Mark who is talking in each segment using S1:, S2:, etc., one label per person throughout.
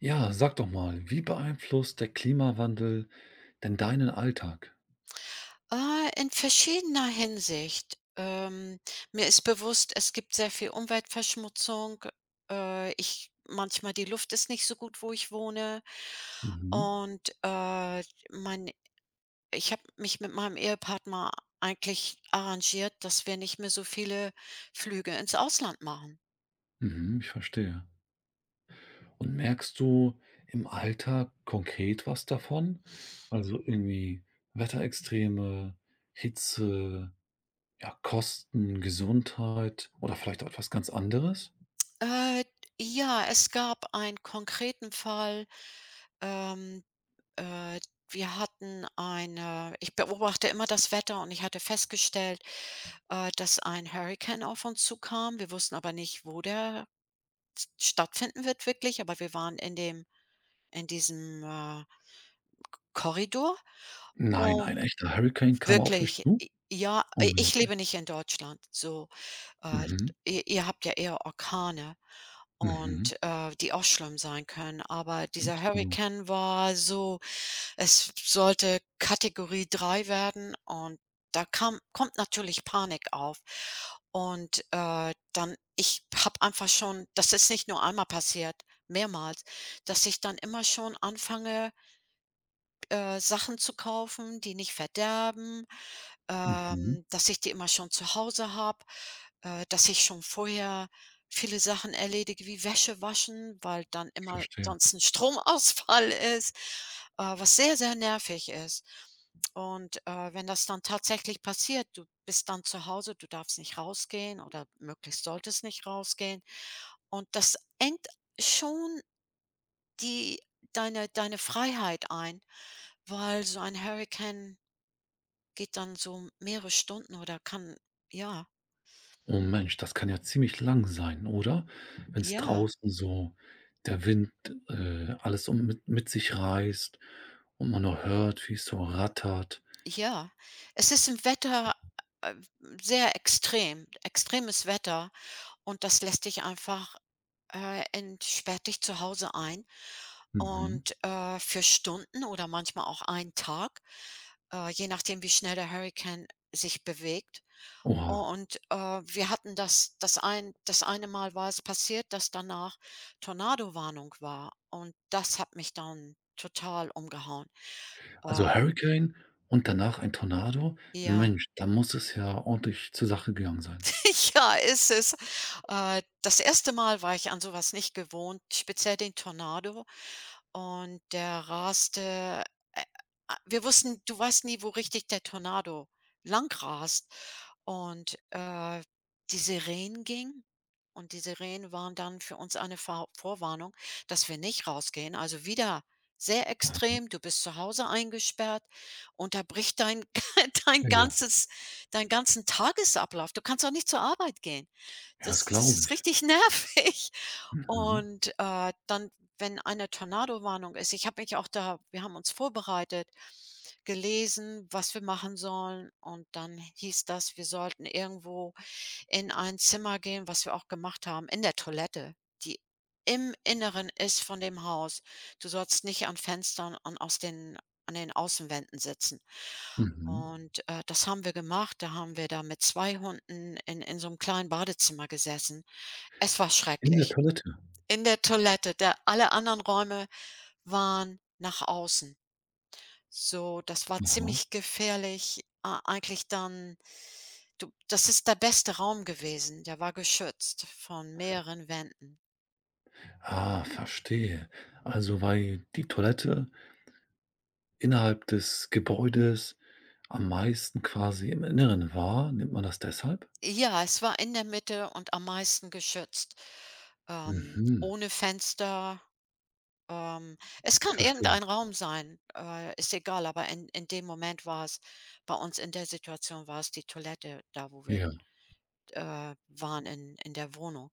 S1: Ja, sag doch mal, wie beeinflusst der Klimawandel denn deinen Alltag?
S2: In verschiedener Hinsicht. Mir ist bewusst, es gibt sehr viel Umweltverschmutzung. Ich Manchmal die Luft ist nicht so gut, wo ich wohne.
S1: Mhm.
S2: Und, mein ich habe mich mit meinem Ehepartner eigentlich arrangiert, dass wir nicht mehr so viele Flüge ins Ausland machen.
S1: Mhm, ich verstehe. Und merkst du im Alltag konkret was davon? Also irgendwie Wetterextreme, Hitze, ja, Kosten, Gesundheit oder vielleicht auch etwas ganz anderes?
S2: Äh, ja, es gab einen konkreten Fall. Ähm, äh, wir hatten eine ich beobachte immer das Wetter und ich hatte festgestellt, dass ein Hurrikan auf uns zukam. Wir wussten aber nicht, wo der stattfinden wird wirklich, aber wir waren in diesem Korridor.
S1: Nein,
S2: Oh,
S1: ein echter Hurricane kam auf euch
S2: wirklich,
S1: zu?
S2: ja, ich
S1: Unglaublich.
S2: lebe nicht in Deutschland, so. Äh,
S1: Mhm.
S2: ihr habt ja eher Orkane
S1: Mhm.
S2: und, die auch schlimm sein können, aber dieser
S1: Absolut.
S2: Hurrikan war so. Es sollte Kategorie 3 werden, und da kam kommt natürlich Panik auf. Und, dann ich habe einfach schon, das ist nicht nur einmal passiert, mehrmals, dass ich dann immer schon anfange, Sachen zu kaufen, die nicht verderben,
S1: Mhm.
S2: dass ich die immer schon zu Hause habe, dass ich schon vorher viele Sachen erledige, wie Wäsche waschen, weil dann
S1: Ich
S2: immer
S1: verstehe.
S2: sonst ein Stromausfall ist, was sehr, sehr nervig ist. Und, wenn das dann tatsächlich passiert, du bist dann zu Hause, du darfst nicht rausgehen oder möglichst solltest nicht rausgehen. Und das engt schon die deine Freiheit ein. Weil so ein Hurrikan geht dann so mehrere Stunden oder kann. Ja,
S1: Oh Mensch, das kann ja ziemlich lang sein, oder? Wenn es
S2: ja,
S1: draußen so der Wind, alles um mit sich reißt und man nur hört, wie es so rattert.
S2: ja. Es ist im Wetter, äh, sehr extrem, extremes Wetter, und das lässt dich einfach, entsperrt dich zu Hause ein
S1: Mhm.
S2: und, für Stunden oder manchmal auch einen Tag, je nachdem, wie schnell der Hurrikan sich bewegt.
S1: Oha.
S2: Und, wir hatten das eine Mal war es passiert, dass danach Tornadowarnung war und das hat mich dann total umgehauen.
S1: Also
S2: Äh,
S1: Hurricane und danach ein Tornado?
S2: ja.
S1: Mensch, da muss es ja ordentlich zur Sache gegangen sein.
S2: Ja, ist es. Das erste Mal war ich an sowas nicht gewohnt, speziell den Tornado. Und der raste äh, a wir wussten du weißt nie, wo richtig der Tornado lang rast. Und, die Sirenen gingen und die Sirenen waren dann für uns eine Vorwarnung, dass wir nicht rausgehen. Also, wieder sehr
S1: Aha.
S2: extrem, du bist zu Hause eingesperrt und da bricht dein dein
S1: Ja,
S2: ganzes deinen ganzen Tagesablauf. Du kannst auch nicht zur Arbeit gehen.
S1: ja, das
S2: Das
S1: glaube
S2: ist
S1: ich.
S2: richtig nervig.
S1: Mhm,
S2: Und, dann, wenn eine Tornadowarnung ist, ich habe mich auch da wir haben uns vorbereitet, gelesen, was wir machen sollen, und dann hieß das, wir sollten irgendwo in ein Zimmer gehen, was wir auch gemacht haben, in der Toilette, die im Inneren ist von dem Haus. Du sollst nicht an Fenstern und aus den an den Außenwänden sitzen.
S1: mhm.
S2: Und, das haben wir gemacht. Da haben wir da mit 2 Hunden in so einem kleinen Badezimmer gesessen. Es war
S1: In der
S2: schrecklich.
S1: Toilette.
S2: In der Toilette. Der Alle anderen Räume waren nach außen. So, das war
S1: Aha.
S2: ziemlich gefährlich, a eigentlich dann. Du, das ist der beste Raum gewesen, der war geschützt von mehreren Wänden.
S1: Ah, verstehe. Also, weil die Toilette innerhalb des Gebäudes am meisten quasi im Inneren wahr? Nimmt man das deshalb?
S2: Ja, es war in der Mitte und am meisten geschützt,
S1: Mhm,
S2: ohne Fenster. Es
S1: ich
S2: kann
S1: verstehe.
S2: irgendein Raum sein, ist egal, aber in dem Moment war es, bei uns in der Situation war es die Toilette, da wo wir
S1: Ja,
S2: waren, in der Wohnung.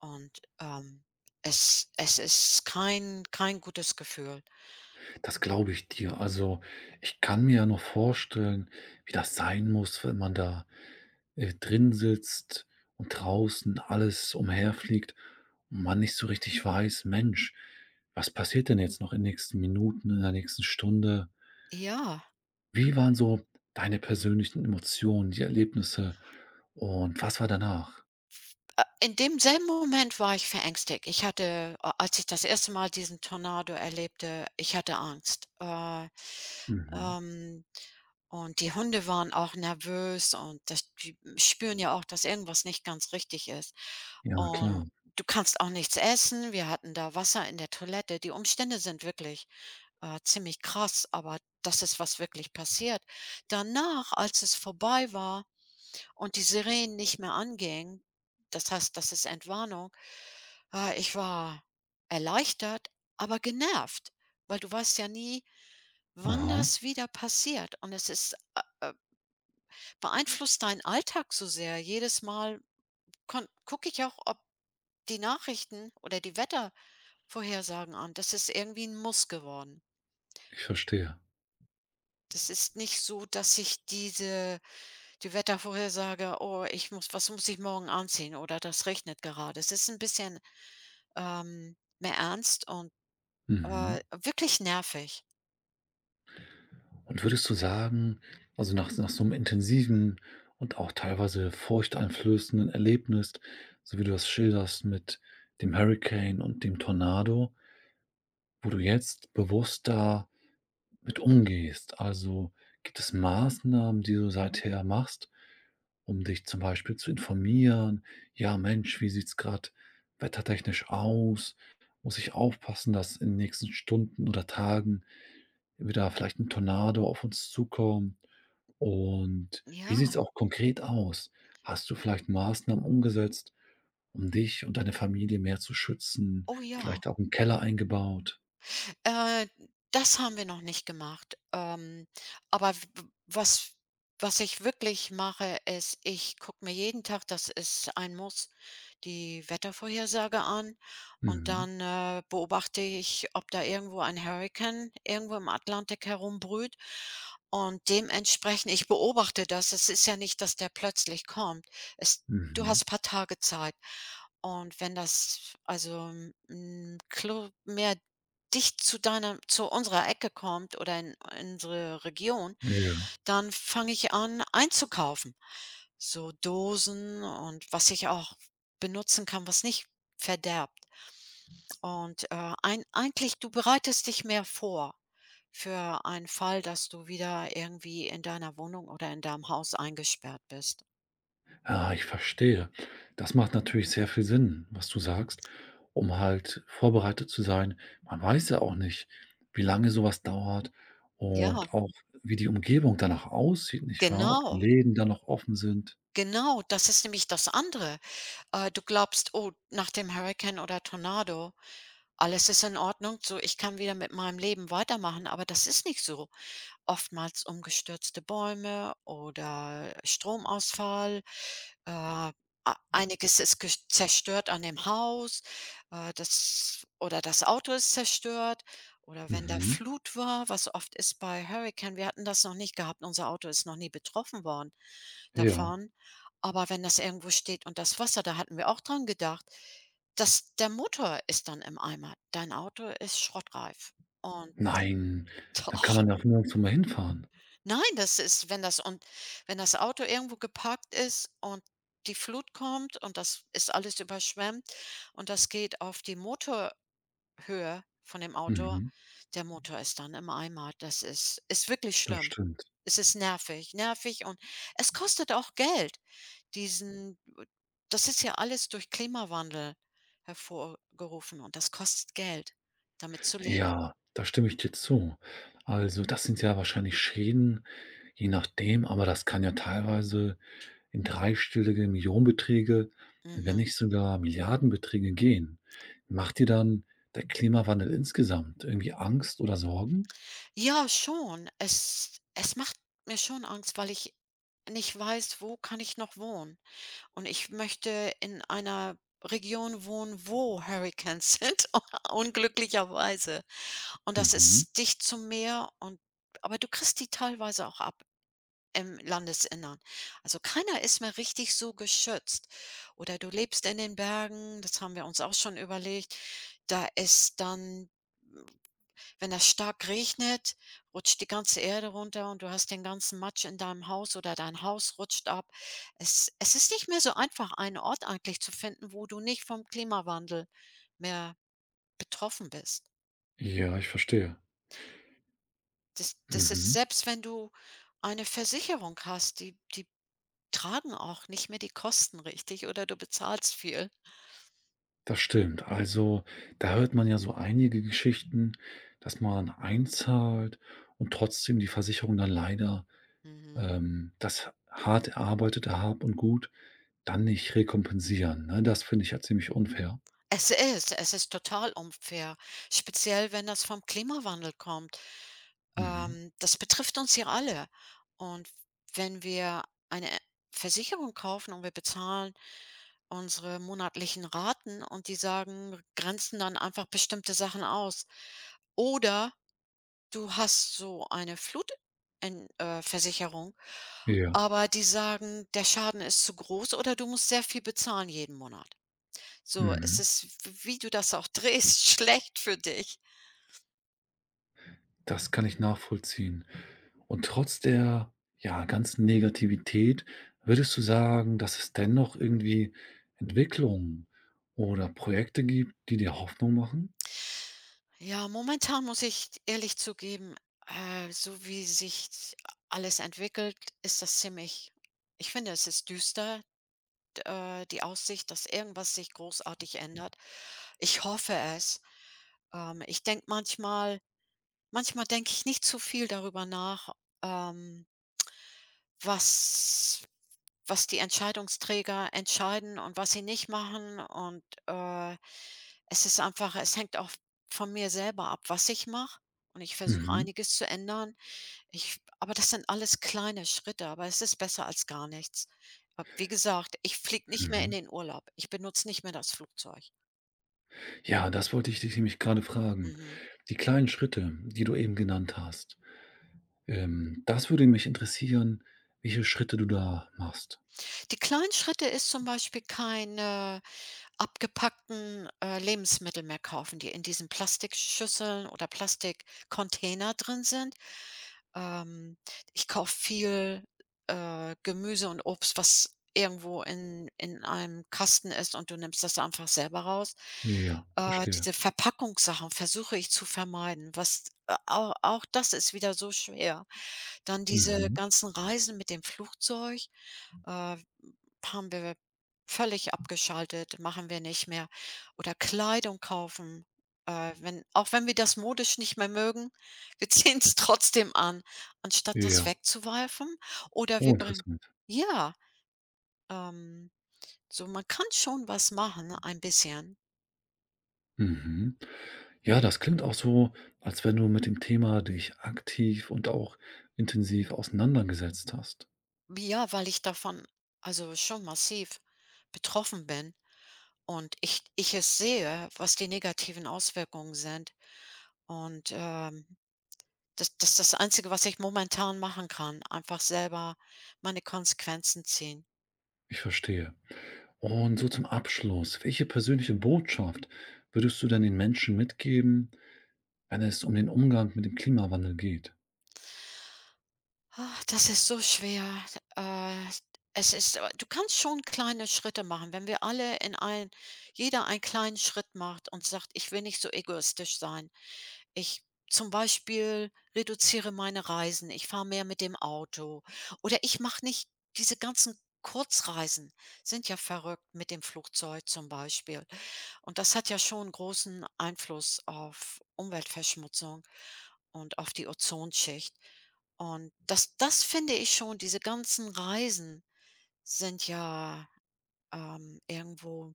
S2: Und es ist kein gutes Gefühl.
S1: das glaube ich dir. Also, ich kann mir ja noch vorstellen, wie das sein muss, wenn man da, drin sitzt und draußen alles umherfliegt und man nicht so richtig weiß: „Mensch, was passiert denn jetzt noch in den nächsten Minuten, in der nächsten Stunde?“
S2: Ja,
S1: Wie waren so deine persönlichen Emotionen, die Erlebnisse und was war danach?
S2: in demselben Moment war ich verängstigt. Ich hatte, a als ich das erste Mal diesen Tornado erlebte, ich hatte Angst.
S1: Mhm.
S2: Ähm Und die Hunde waren auch nervös, und das die spüren ja auch, dass irgendwas nicht ganz richtig ist.
S1: Ja, na
S2: Und
S1: klar.
S2: du kannst auch nichts essen. Wir hatten da Wasser in der Toilette. Die Umstände sind wirklich, ziemlich krass, aber das ist, was wirklich passiert. Danach, als es vorbei war und die Sirenen nicht mehr angingen, das heißt, das ist Entwarnung, ich war erleichtert, aber genervt, weil du weißt ja nie, wann
S1: Aha,
S2: das wieder passiert. Und es äh beeinflusst deinen Alltag so sehr. Jedes Mal gucke ich auch, ob die Nachrichten oder die Wettervorhersagen an. Das ist irgendwie ein Muss geworden.
S1: ich verstehe.
S2: Das ist nicht so, dass ich die Wettervorhersage: „Oh, ich muss was muss ich morgen anziehen?" oder „Das regnet gerade." Es ist ein bisschen, mehr ernst und,
S1: Mhm.
S2: wirklich nervig.
S1: Und würdest du sagen, also nach, nach so einem intensiven und auch teilweise furchteinflößenden Erlebnis, so wie du das schilderst mit dem Hurricane und dem Tornado, wo du jetzt bewusster mit umgehst. Also, gibt es Maßnahmen, die du seither machst, um dich zum Beispiel zu informieren? Ja, Mensch, wie sieht's gerade wettertechnisch aus? Muss ich aufpassen, dass in den nächsten Stunden oder Tagen wieder vielleicht ein Tornado auf uns zukommt? Und wie
S2: Ja,
S1: sieht's auch konkret aus? Hast du vielleicht Maßnahmen umgesetzt, um dich und deine Familie mehr zu schützen,
S2: oh ja.
S1: vielleicht auch einen Keller eingebaut?
S2: Äh, Das haben wir noch nicht gemacht. Aber w was was ich wirklich mache, ist, ich gucke mir jeden Tag, das ist ein Muss, die Wettervorhersage an, und
S1: Mhm,
S2: dann, beobachte ich, ob da irgendwo ein Hurrikan irgendwo im Atlantik herumbrüht, und dementsprechend ich beobachte das. Es ist ja nicht, dass der plötzlich kommt. Es Du
S1: mhm,
S2: hast paar Tage Zeit. Und wenn das, also, hm, klo mehr dicht zu deiner zu unserer Ecke kommt oder in unsere Region,
S1: ja.
S2: dann fange ich an einzukaufen. So Dosen und was ich auch benutzen kann, was nicht verderbt. Und, ein eigentlich du bereitest dich mehr vor für einen Fall, dass du wieder irgendwie in deiner Wohnung oder in deinem Haus eingesperrt bist.
S1: Ah, ich verstehe. Das macht natürlich sehr viel Sinn, was du sagst, um halt vorbereitet zu sein. Man weiß ja auch nicht, wie lange sowas dauert
S2: Ja,
S1: und auch wie die Umgebung danach aussieht, nicht wahr? Ob die
S2: genau,
S1: Läden dann noch offen sind.
S2: genau. Das ist nämlich das andere. Du glaubst: „Oh, nach dem Hurrikan oder Tornado, alles ist in Ordnung, so ich kann wieder mit meinem Leben weitermachen", aber das ist nicht so. Oftmals umgestürzte Bäume oder Stromausfall. Äh, a einiges ist ges zerstört an dem Haus, das oder das Auto ist zerstört, oder wenn da
S1: Mhm.
S2: Flut war, was oft ist bei Hurrikan, wir hatten das noch nicht gehabt, unser Auto ist noch nie betroffen worden
S1: Ja.
S2: davon. Aber wenn das irgendwo steht und das Wasser, da hatten wir auch dran gedacht, dass der Motor ist dann im Eimer. Dein Auto ist schrottreif und
S1: Nein, dann kann man ja auch nirgendwo mehr hinfahren.
S2: Nein, das ist, wenn das Auto irgendwo geparkt ist und die Flut kommt und das ist alles überschwemmt und das geht auf die Motorhöhe von dem Auto,
S1: Mhm.
S2: der Motor ist dann im Eimer. Das ist wirklich
S1: Das
S2: schlimm.
S1: stimmt.
S2: Es ist nervig, nervig, und es kostet auch Geld, diesen das ist ja alles durch Klimawandel hervorgerufen und das kostet Geld, damit zu leben.
S1: Ja, da stimme ich dir zu. Also, das sind ja wahrscheinlich Schäden, je nachdem, aber das kann ja teilweise in dreistellige Millionenbeträge, wenn
S2: Mhm.
S1: nicht sogar Milliardenbeträge gehen. Macht dir dann der Klimawandel insgesamt irgendwie Angst oder Sorgen?
S2: Ja, schon. Es macht mir schon Angst, weil ich nicht weiß, wo kann ich noch wohnen? Und ich möchte in einer Region wohnen, wo Hurrikans sind, unglücklicherweise. Und das
S1: Mhm.
S2: ist dicht zum Meer und aber du kriegst die teilweise auch ab im Landesinnern. Also, keiner ist mehr richtig so geschützt. Oder du lebst in den Bergen, das haben wir uns auch schon überlegt. Da ist dann, wenn das stark regnet, rutscht die ganze Erde runter und du hast den ganzen Matsch in deinem Haus oder dein Haus rutscht ab. Es ist nicht mehr so einfach, einen Ort eigentlich zu finden, wo du nicht vom Klimawandel mehr betroffen bist.
S1: Ja, ich verstehe.
S2: Das ist,
S1: Mhm.
S2: selbst wenn du eine Versicherung hast, die tragen auch nicht mehr die Kosten richtig oder du bezahlst viel.
S1: Das stimmt. Also, da hört man ja so einige Geschichten, dass man einzahlt und trotzdem die Versicherung dann leider
S2: Mhm.
S1: das hart erarbeitete Hab und Gut dann nicht rekompensieren. Ne? Das finde ich ja ziemlich unfair.
S2: Es ist total unfair, speziell wenn das vom Klimawandel kommt.
S1: Mhm.
S2: Das betrifft uns ja alle. Und wenn wir eine Versicherung kaufen und wir bezahlen unsere monatlichen Raten und die sagen, grenzen dann einfach bestimmte Sachen aus. Oder du hast so eine Flutversicherung,
S1: Ja.
S2: aber die sagen, der Schaden ist zu groß oder du musst sehr viel bezahlen jeden Monat. So, es
S1: Mhm.
S2: ist, wie du das auch drehst, schlecht für dich.
S1: Das kann ich nachvollziehen. Und trotz der, ja, ganzen Negativität, würdest du sagen, dass es dennoch irgendwie Entwicklungen oder Projekte gibt, die dir Hoffnung machen?
S2: Ja, momentan muss ich ehrlich zugeben, so wie sich alles entwickelt, ist das ziemlich, ich finde, es ist düster, d die Aussicht, dass irgendwas sich großartig ändert. Ich hoffe es. Ich denke manchmal manchmal denke ich nicht zu viel darüber nach, ähm was was die Entscheidungsträger entscheiden und was sie nicht machen, und, es ist einfach, es hängt auch von mir selber ab, was ich mache, und ich versuche
S1: Mhm,
S2: einiges zu ändern. Ich Aber das sind alles kleine Schritte, aber es ist besser als gar nichts. Wie gesagt, ich fliege nicht mehr in
S1: mhm.
S2: den Urlaub. Ich benutze nicht mehr das Flugzeug.
S1: Ja, das wollte ich dich nämlich gerade fragen.
S2: Mhm.
S1: Die kleinen Schritte, die du eben genannt hast, das würde mich interessieren, welche Schritte du da machst.
S2: Die kleinen Schritte ist zum Beispiel kein, abgepackten, Lebensmittel mehr kaufen, die in diesen Plastikschüsseln oder Plastikcontainer drin sind. Ähm, ich kaufe viel, Gemüse und Obst, was irgendwo in einem Kasten ist und du nimmst das einfach selber raus.
S1: Ja, verstehe.
S2: Diese Verpackungssachen versuche ich zu vermeiden, was a au auch das ist wieder so schwer. Dann diese
S1: Mhm.
S2: ganzen Reisen mit dem Flugzeug, äh haben wir völlig abgeschaltet, machen wir nicht mehr. Oder Kleidung kaufen, wenn auch wenn wir das modisch nicht mehr mögen, wir ziehen es trotzdem an, anstatt das
S1: Ja.
S2: wegzuwerfen. Oder wir
S1: Oh,
S2: bringen.
S1: interessant.
S2: Ja, ähm, so man kann schon was machen, ein bisschen.
S1: Mhm. Ja, das klingt auch so, als wenn du mit dem Thema dich aktiv und auch intensiv auseinandergesetzt hast.
S2: Ja, weil ich davon also schon massiv betroffen bin und ich es sehe, was die negativen Auswirkungen sind, und, das ist das Einzige, was ich momentan machen kann, einfach selber meine Konsequenzen ziehen.
S1: Ich verstehe. Und so zum Abschluss, welche persönliche Botschaft würdest du denn den Menschen mitgeben, wenn es um den Umgang mit dem Klimawandel geht?
S2: Ah, das ist so schwer. Äh, es ist du kannst schon kleine Schritte machen, wenn wir alle in ein jeder einen kleinen Schritt macht und sagt: „Ich will nicht so egoistisch sein. Ich, zum Beispiel, reduziere meine Reisen. Ich fahre mehr mit dem Auto oder ich mache nicht diese ganzen Kurzreisen", sind ja verrückt mit dem Flugzeug zum Beispiel. Und das hat ja schon großen Einfluss auf Umweltverschmutzung und auf die Ozonschicht. Und das finde ich schon, diese ganzen Reisen sind ja, irgendwo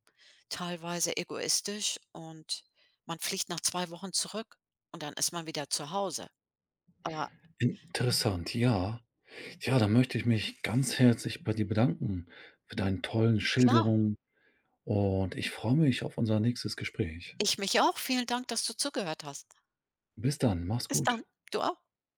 S2: teilweise egoistisch, und man fliegt nach 2 Wochen zurück und dann ist man wieder zu Hause. Aber
S1: Interessant, ja. Ja, da möchte ich mich ganz herzlich bei dir bedanken für deine tollen
S2: klar,
S1: Schilderungen und ich freue mich auf unser nächstes Gespräch.
S2: ich mich auch. Vielen Dank, dass du zugehört hast.
S1: Bis dann, mach's
S2: Bis dann.
S1: gut.
S2: Du auch.